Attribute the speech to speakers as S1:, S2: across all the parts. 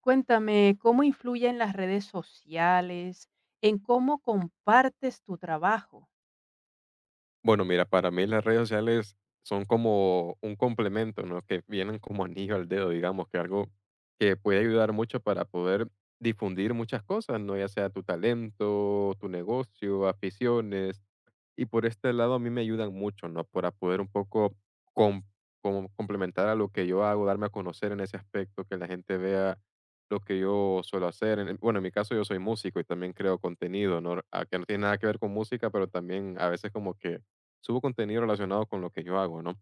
S1: Cuéntame, ¿cómo influyen las redes sociales en cómo compartes tu trabajo?
S2: Bueno, mira, para mí las redes sociales son como un complemento, ¿no? Que vienen como anillo al dedo, digamos, que algo que puede ayudar mucho para poder difundir muchas cosas, ¿no? Ya sea tu talento, tu negocio, aficiones, y por este lado a mí me ayudan mucho, ¿no? Para poder un poco com- como complementar a lo que yo hago, darme a conocer en ese aspecto, que la gente vea lo que yo suelo hacer. Bueno, en mi caso yo soy músico y también creo contenido, ¿no? Ah, que no tiene nada que ver con música, pero también a veces como que subo contenido relacionado con lo que yo hago, ¿no?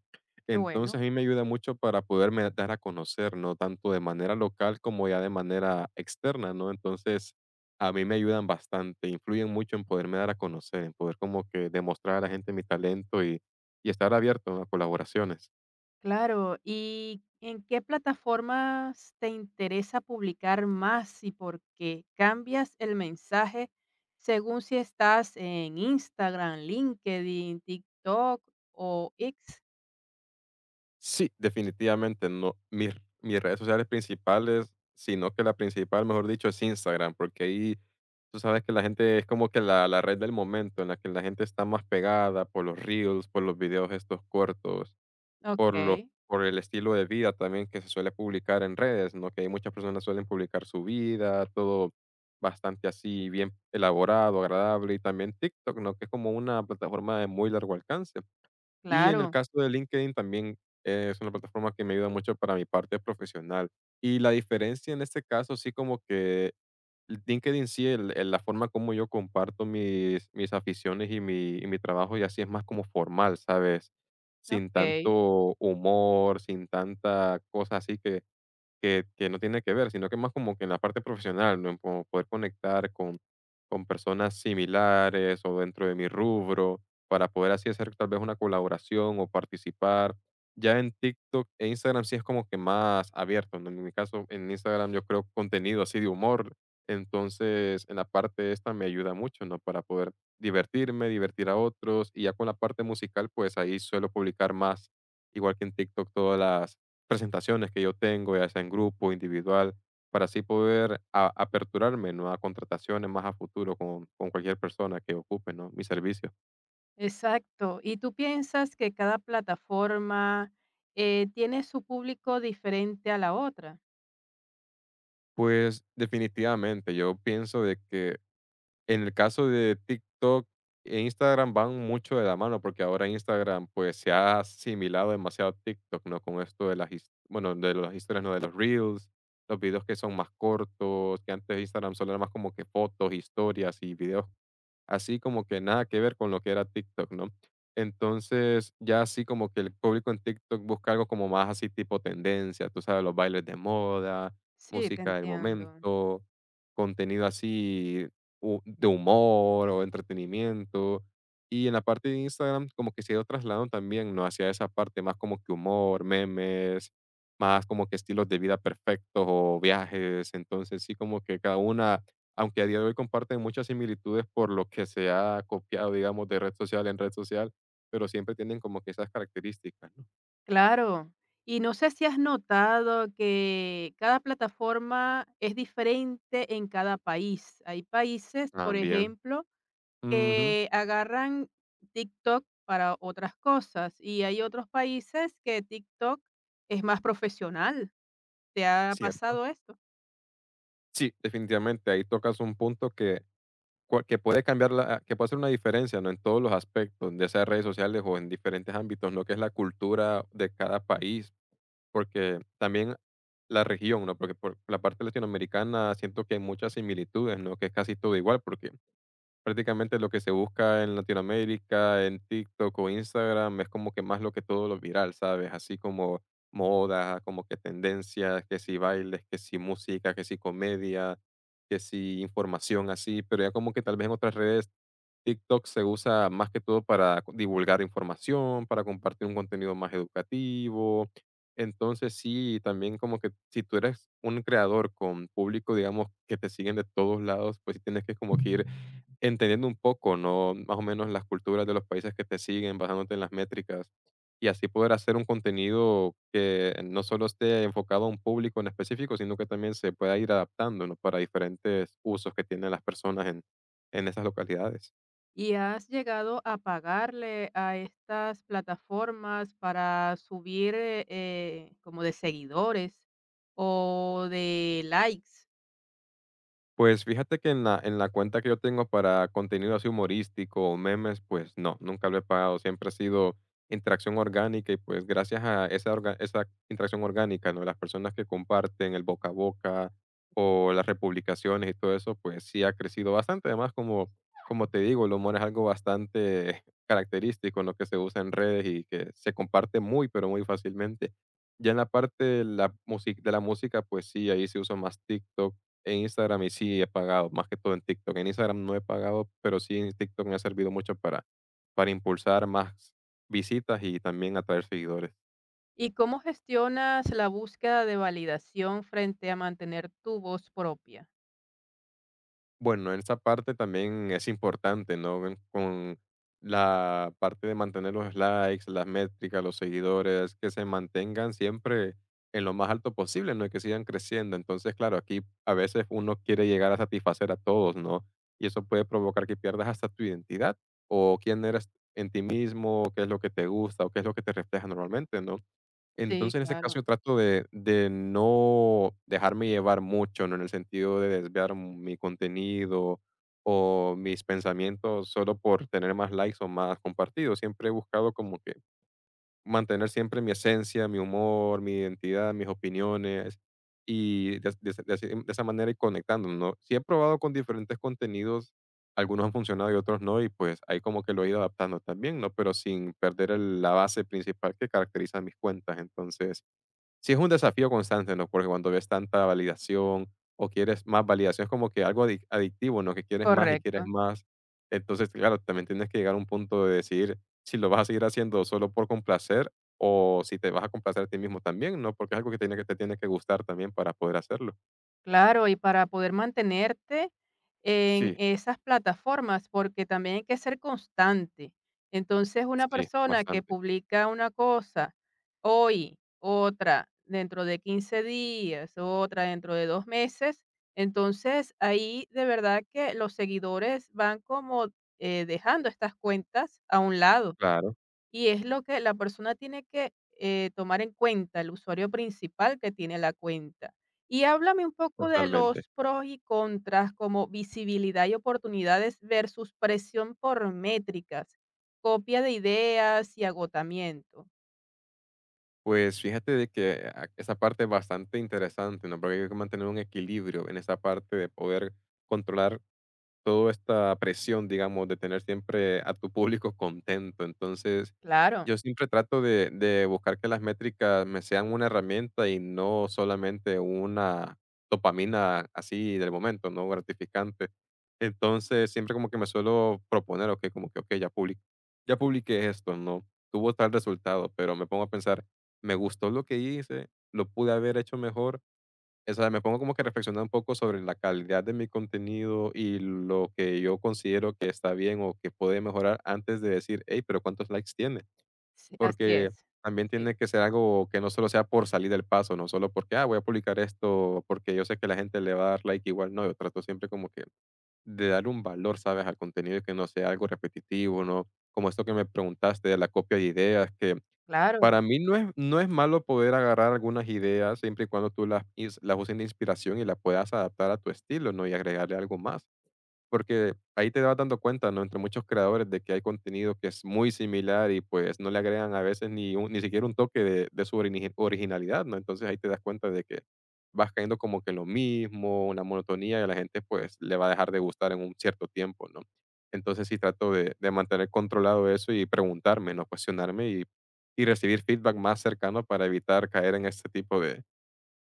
S1: Qué
S2: Entonces a
S1: bueno.
S2: mí me ayuda mucho para poderme dar a conocer, ¿no? Tanto de manera local como ya de manera externa, ¿no? Entonces a mí me ayudan bastante, influyen mucho en poderme dar a conocer, en poder como que demostrar a la gente mi talento y estar abierto a colaboraciones.
S1: Claro, ¿y en qué plataformas te interesa publicar más y por qué? ¿Cambias el mensaje según si estás en Instagram, LinkedIn, TikTok o X?
S2: Sí, definitivamente no. Mis redes sociales principales, sino que la principal, mejor dicho, es Instagram, porque ahí tú sabes que la gente es como que la red del momento en la que la gente está más pegada por los reels, por los videos estos cortos,
S1: Ok,
S2: por el estilo de vida también que se suele publicar en redes, ¿no? Que hay muchas personas suelen publicar su vida, todo bastante así, bien elaborado, agradable, y también TikTok, ¿no? Que es como una plataforma de muy largo alcance. Y en el
S1: claro,
S2: caso de LinkedIn también es una plataforma que me ayuda mucho para mi parte profesional. Y la diferencia en este caso sí como que LinkedIn sí, el la forma como yo comparto mis aficiones y mi trabajo, y así es más como formal, ¿sabes? Sin
S1: ok.
S2: tanto humor, sin tanta cosa así que que no tiene que ver, sino que más como que en la parte profesional, ¿no? Como poder conectar con personas similares o dentro de mi rubro, para poder así hacer tal vez una colaboración o participar. Ya en TikTok e Instagram sí es como que más abierto, ¿no? En mi caso, en Instagram yo creo contenido así de humor, entonces en la parte esta me ayuda mucho, ¿no? Para poder divertirme, divertir a otros y ya con la parte musical, pues ahí suelo publicar más, igual que en TikTok, todas las presentaciones que yo tengo, ya sea en grupo, individual, para así poder aperturarme, ¿no? A contrataciones más a futuro con cualquier persona que ocupe, ¿no? Mi servicio.
S1: Exacto. ¿Y tú piensas que cada plataforma, tiene su público diferente a la otra?
S2: Pues definitivamente, yo pienso de que en el caso de TikTok e Instagram van mucho de la mano, porque ahora Instagram pues se ha asimilado demasiado a TikTok, ¿no? Con esto de las, bueno, de las historias, ¿no? De los reels, los videos que son más cortos, que antes Instagram solo era más como que fotos, historias y videos. Así como que nada que ver con lo que era TikTok, ¿no? Entonces, ya así como que el público en TikTok busca algo como más así tipo tendencia, tú sabes, los bailes de moda,
S1: Sí, te
S2: música del
S1: entiendo.
S2: momento, contenido así de humor o entretenimiento. Y en la parte de Instagram como que se ha ido trasladando también, ¿no? Hacia esa parte más como que humor, memes, más como que estilos de vida perfectos o viajes. Entonces, sí como que cada una, aunque a día de hoy comparten muchas similitudes por lo que se ha copiado, digamos, de red social en red social, pero siempre tienen como que esas características, ¿no?
S1: Claro. Y no sé si has notado que cada plataforma es diferente en cada país. Hay países, por
S2: También.
S1: ejemplo,
S2: Ujú.
S1: que agarran TikTok para otras cosas, y hay otros países que TikTok es más profesional. ¿Te ha
S2: Cierto.
S1: pasado esto?
S2: Sí, definitivamente, ahí tocas un punto que, que puede cambiar, la, que puede hacer una diferencia, ¿no? En todos los aspectos, ya sea redes sociales o en diferentes ámbitos, lo que es la cultura de cada país, porque también la región, ¿no? Porque por la parte latinoamericana siento que hay muchas similitudes, ¿no? Que es casi todo igual, porque prácticamente lo que se busca en Latinoamérica, en TikTok o Instagram, es como que más lo que todo lo viral, ¿sabes? Así como moda, como que tendencias, que si bailes, que si música, que si comedia, que si información así, pero ya como que tal vez en otras redes TikTok se usa más que todo para divulgar información, para compartir un contenido más educativo. Entonces sí, también como que si tú eres un creador con público, digamos, que te siguen de todos lados, pues sí tienes que como que ir entendiendo un poco, ¿no? Más o menos las culturas de los países que te siguen, basándote en las métricas, y así poder hacer un contenido que no solo esté enfocado a un público en específico, sino que también se pueda ir adaptando, ¿no? Para diferentes usos que tienen las personas en esas localidades.
S1: ¿Y has llegado a pagarle a estas plataformas para subir como de seguidores o de likes?
S2: Pues fíjate que en la cuenta que yo tengo para contenido así humorístico o memes, pues no, nunca lo he pagado, siempre ha sido interacción orgánica y pues gracias a esa orga esa interacción orgánica, ¿no? Las personas que comparten el boca a boca o las republicaciones y todo eso, pues sí ha crecido bastante. Además, como te digo, el humor es algo bastante característico, ¿no? Que se usa en redes y que se comparte muy, pero muy fácilmente. Ya en la parte de la musi de la música, pues sí, ahí se usa más TikTok, en Instagram y sí he pagado, más que todo en TikTok. En Instagram no he pagado, pero sí en TikTok me ha servido mucho para impulsar más visitas y también atraer seguidores.
S1: ¿Y cómo gestionas la búsqueda de validación frente a mantener tu voz propia?
S2: Bueno, en esa parte también es importante, ¿no? Con la parte de mantener los likes, las métricas, los seguidores, que se mantengan siempre en lo más alto posible, ¿no? Y que sigan creciendo. Entonces, claro, aquí a veces uno quiere llegar a satisfacer a todos, ¿no? Y eso puede provocar que pierdas hasta tu identidad o quién eres en ti mismo, qué es lo que te gusta o qué es lo que te refleja normalmente, ¿no?
S1: Sí,
S2: Entonces, en ese caso,
S1: claro,
S2: yo trato de no dejarme llevar mucho, ¿no? En el sentido de desviar mi contenido o mis pensamientos solo por tener más likes o más compartidos. Siempre he buscado como que mantener siempre mi esencia, mi humor, mi identidad, mis opiniones y de así de esa manera ir conectando, ¿no? Sí he probado con diferentes contenidos, algunos han funcionado y otros no, y pues ahí como que lo he ido adaptando también, ¿no? Pero sin perder el la base principal que caracteriza mis cuentas. Entonces sí, es un desafío constante, ¿no? Porque cuando ves tanta validación o quieres más validación, es como que algo adictivo, ¿no? Que quieres más y quieres
S1: correcto.
S2: más. Entonces, claro, también tienes que llegar a un punto de decidir si lo vas a seguir haciendo solo por complacer o si te vas a complacer a ti mismo también, ¿no? Porque es algo que, tiene que te tiene que gustar también para poder hacerlo.
S1: Claro, y para poder mantenerte en
S2: Sí,
S1: esas plataformas, porque también hay que ser constante. Entonces, una
S2: sí,
S1: persona que
S2: bastante.
S1: publica una cosa hoy, otra dentro de 15 días, otra dentro de 2 meses, entonces ahí de verdad que los seguidores van como dejando estas cuentas a un lado.
S2: Claro,
S1: Y es lo que la persona tiene que tomar en cuenta, el usuario principal que tiene la cuenta. Y háblame un poco de
S2: totalmente.
S1: los pros y contras, como visibilidad y oportunidades versus presión por métricas, copia de ideas y agotamiento.
S2: Pues fíjate de que esa parte es bastante interesante, ¿no? Porque hay que mantener un equilibrio en esa parte de poder controlar toda esta presión, digamos, de tener siempre a tu público contento. Entonces,
S1: Claro,
S2: yo siempre trato de buscar que las métricas me sean una herramienta y no solamente una dopamina así del momento, ¿no? Gratificante. Entonces, siempre como que me suelo proponer, ok, como que, ok, ya, ya publiqué esto, ¿no? Tuvo tal resultado, pero me pongo a pensar, me gustó lo que hice, lo pude haber hecho mejor, o sea, me pongo como que a reflexionar un poco sobre la calidad de mi contenido y lo que yo considero que está bien o que puede mejorar antes de decir, hey, pero ¿cuántos likes tiene?
S1: sí, así
S2: Porque
S1: es.
S2: también
S1: Sí,
S2: tiene que ser algo que no solo sea por salir del paso, no solo porque, ah, voy a publicar esto porque yo sé que la gente le va a dar like igual. No, yo trato siempre como que de dar un valor, ¿sabes? Al contenido y que no sea algo repetitivo, ¿no? Como esto que me preguntaste de la copia de ideas, que
S1: claro.
S2: para mí no es malo poder agarrar algunas ideas siempre y cuando tú las ins las uses de inspiración y las puedas adaptar a tu estilo, ¿no? Y agregarle algo más. Porque ahí te vas dando cuenta, ¿no? Entre muchos creadores de que hay contenido que es muy similar y pues no le agregan a veces ni, ni siquiera un toque de su originalidad, ¿no? Entonces ahí te das cuenta de que vas cayendo como que lo mismo, una monotonía y a la gente pues le va a dejar de gustar en un cierto tiempo, ¿no? Entonces sí trato de mantener controlado eso y preguntarme, ¿no? Cuestionarme y recibir feedback más cercano para evitar caer en este tipo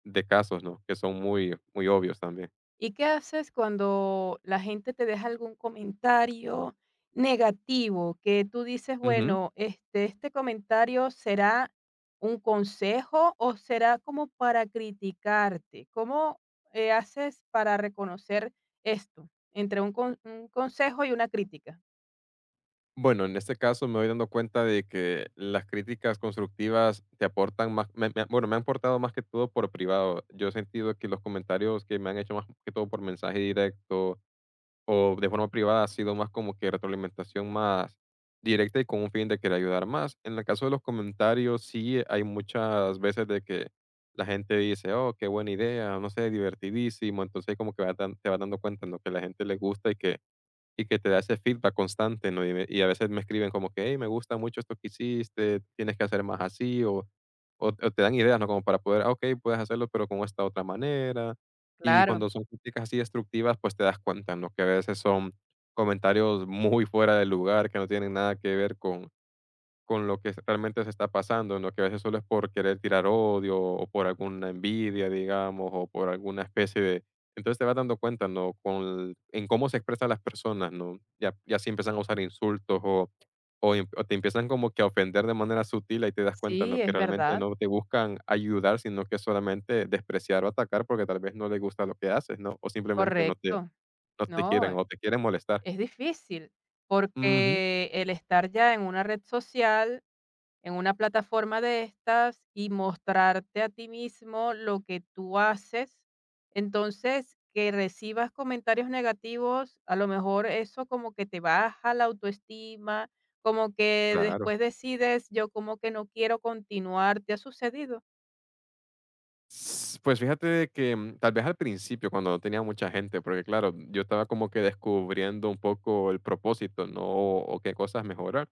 S2: de casos, ¿no? Que son muy, muy obvios también.
S1: ¿Y qué haces cuando la gente te deja algún comentario negativo que tú dices,
S2: Ujú.
S1: bueno, este comentario será un consejo o será como para criticarte? ¿Cómo haces para reconocer esto entre un, un consejo y una crítica?
S2: Bueno, en este caso me voy dando cuenta de que las críticas constructivas te aportan más, bueno, me han aportado más que todo por privado. Yo he sentido que los comentarios que me han hecho más que todo por mensaje directo o de forma privada ha sido más como que retroalimentación más directa y con un fin de querer ayudar más. En el caso de los comentarios, sí hay muchas veces de que la gente dice, oh, qué buena idea, no sé, divertidísimo. Entonces como que te vas dando cuenta en lo que la gente le gusta y que te da ese feedback constante, ¿no? Y a veces me escriben como que, hey, me gusta mucho esto que hiciste, tienes que hacer más así, o te dan ideas, ¿no? Como para poder, "Ah, ok, puedes hacerlo, pero con esta otra manera". Y
S1: Claro,
S2: cuando son críticas así destructivas, pues te das cuenta, ¿no? Que a veces son comentarios muy fuera de lugar, que no tienen nada que ver con lo que realmente se está pasando, ¿no? Que a veces solo es por querer tirar odio o por alguna envidia, digamos, o por alguna especie de... Entonces te vas dando cuenta, ¿no? En cómo se expresan las personas, ¿no? Ya, ya si empiezan a usar insultos o o te empiezan como que a ofender de manera sutil y te das cuenta, ¿no?
S1: sí,
S2: Que
S1: es
S2: realmente
S1: verdad,
S2: no te buscan ayudar, sino que solamente despreciar o atacar porque tal vez no les gusta lo que haces, ¿no? O simplemente no te,
S1: correcto.
S2: no te
S1: No,
S2: quieren o te quieren molestar.
S1: es difícil
S2: Ujú,
S1: porque el estar ya en una red social en una plataforma de estas y mostrarte a ti mismo lo que tú haces. Entonces, que recibas comentarios negativos, a lo mejor eso como que te baja la autoestima, como que
S2: claro.
S1: después decides, yo como que no quiero continuar, ¿te ha sucedido?
S2: Pues fíjate de que tal vez al principio, cuando no tenía mucha gente, porque claro, yo estaba como que descubriendo un poco el propósito, ¿no? O, qué cosas mejorar.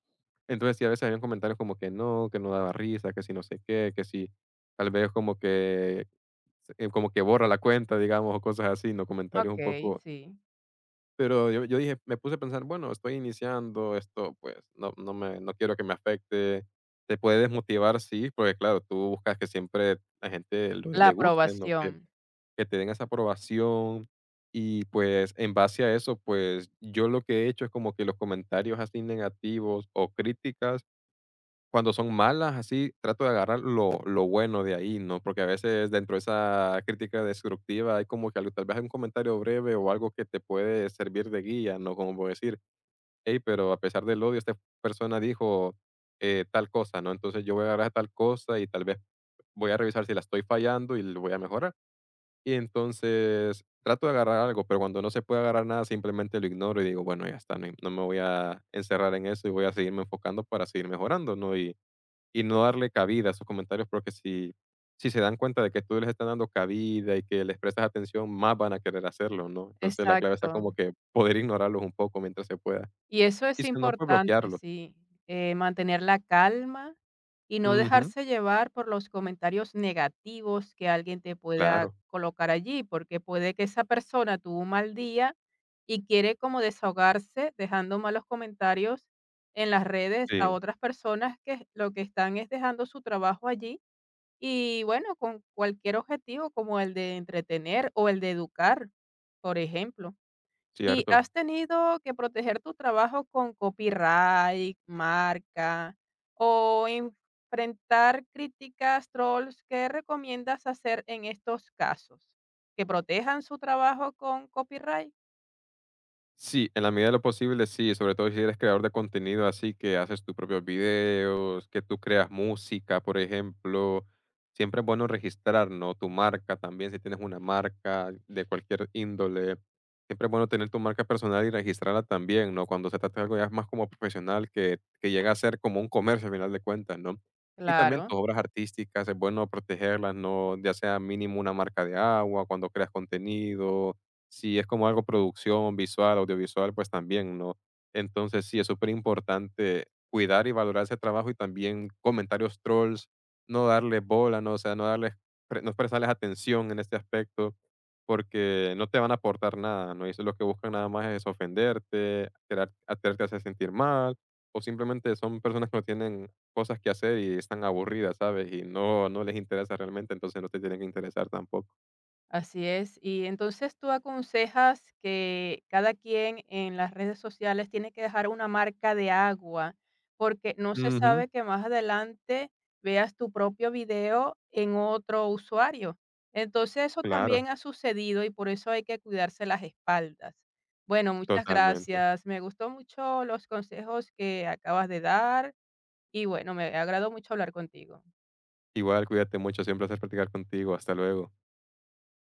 S2: Entonces sí, a veces habían comentarios como que no daba risa, que si no sé qué, que si tal vez como que borra la cuenta, digamos, o cosas así, ¿no? Comentarios un
S1: Okey,
S2: poco,
S1: sí.
S2: pero yo dije, me puse a pensar, bueno, estoy iniciando esto, pues, no quiero que me afecte. Te puede desmotivar, sí, porque claro, tú buscas que siempre la gente lo
S1: La
S2: le guste, ¿no?
S1: aprobación,
S2: Que te den esa aprobación y, pues, en base a eso, pues, yo lo que he hecho es como que los comentarios así negativos o críticas cuando son malas, así, trato de agarrar lo bueno de ahí, ¿no? Porque a veces dentro de esa crítica destructiva hay como que algo, tal vez hay un comentario breve o algo que te puede servir de guía, ¿no? Como por decir: "Hey, pero a pesar del odio, esta persona dijo, tal cosa", ¿no? Entonces yo voy a agarrar tal cosa y tal vez voy a revisar si la estoy fallando y lo voy a mejorar. Y entonces trato de agarrar algo, pero cuando no se puede agarrar nada, simplemente lo ignoro y digo: "Bueno, ya está, no me voy a encerrar en eso y voy a seguirme enfocando para seguir mejorando", ¿no? Y no darle cabida a esos comentarios, porque si si se dan cuenta de que tú les estás dando cabida y que les prestas atención, más van a querer hacerlo, ¿no? Entonces, la clave está
S1: exacto.
S2: como que poder ignorarlos un poco mientras se pueda.
S1: Y eso
S2: Y
S1: es
S2: si no, pues
S1: importante,
S2: bloquearlos.
S1: sí, mantener la calma y no
S2: Ujú,
S1: dejarse llevar por los comentarios negativos que alguien te pueda
S2: claro.
S1: colocar allí, porque puede que esa persona tuvo un mal día y quiere como desahogarse dejando malos comentarios en las redes a
S2: Sí,
S1: otras personas que lo que están es dejando su trabajo allí y bueno, con cualquier objetivo como el de entretener o el de educar, por ejemplo. ¿Y
S2: cierto.
S1: has tenido que proteger tu trabajo con copyright, marca o enfrentar críticas, trolls? ¿Qué recomiendas hacer en estos casos? ¿Que protejan su trabajo con copyright?
S2: Sí, en la medida de lo posible, sí, sobre todo si eres creador de contenido, así que haces tus propios videos, que tú creas música, por ejemplo. Siempre es bueno registrar, ¿no? Tu marca también, si tienes una marca de cualquier índole. Siempre es bueno tener tu marca personal y registrarla también, ¿no? Cuando se trata de algo ya más como profesional, que llega a ser como un comercio al final de cuentas, ¿no? Y también
S1: Claro.
S2: tus obras artísticas, es bueno protegerlas, ¿no? Ya sea mínimo una marca de agua, cuando creas contenido, si es como algo producción visual, audiovisual, pues también, ¿no? Entonces sí, es súper importante cuidar y valorar ese trabajo y también comentarios trolls, no darle bola, ¿no? O sea, no darles, no prestarles atención en este aspecto porque no te van a aportar nada, ¿no? Y eso es lo que buscan nada más es ofenderte, hacerte hacer sentir mal o simplemente son personas que no tienen cosas que hacer y están aburridas, ¿sabes? Y no, no les interesa realmente, entonces no te tienen que interesar tampoco.
S1: Así es. Y entonces tú aconsejas que cada quien en las redes sociales tiene que dejar una marca de agua, porque no se
S2: Ujú,
S1: sabe que más adelante veas tu propio video en otro usuario. Entonces eso
S2: claro,
S1: también ha sucedido y por eso hay que cuidarse las espaldas. Bueno, muchas
S2: totalmente.
S1: gracias. Me gustó mucho los consejos que acabas de dar y bueno, me agradó mucho hablar contigo.
S2: Igual, cuídate mucho, siempre es un placer platicar contigo. Hasta luego.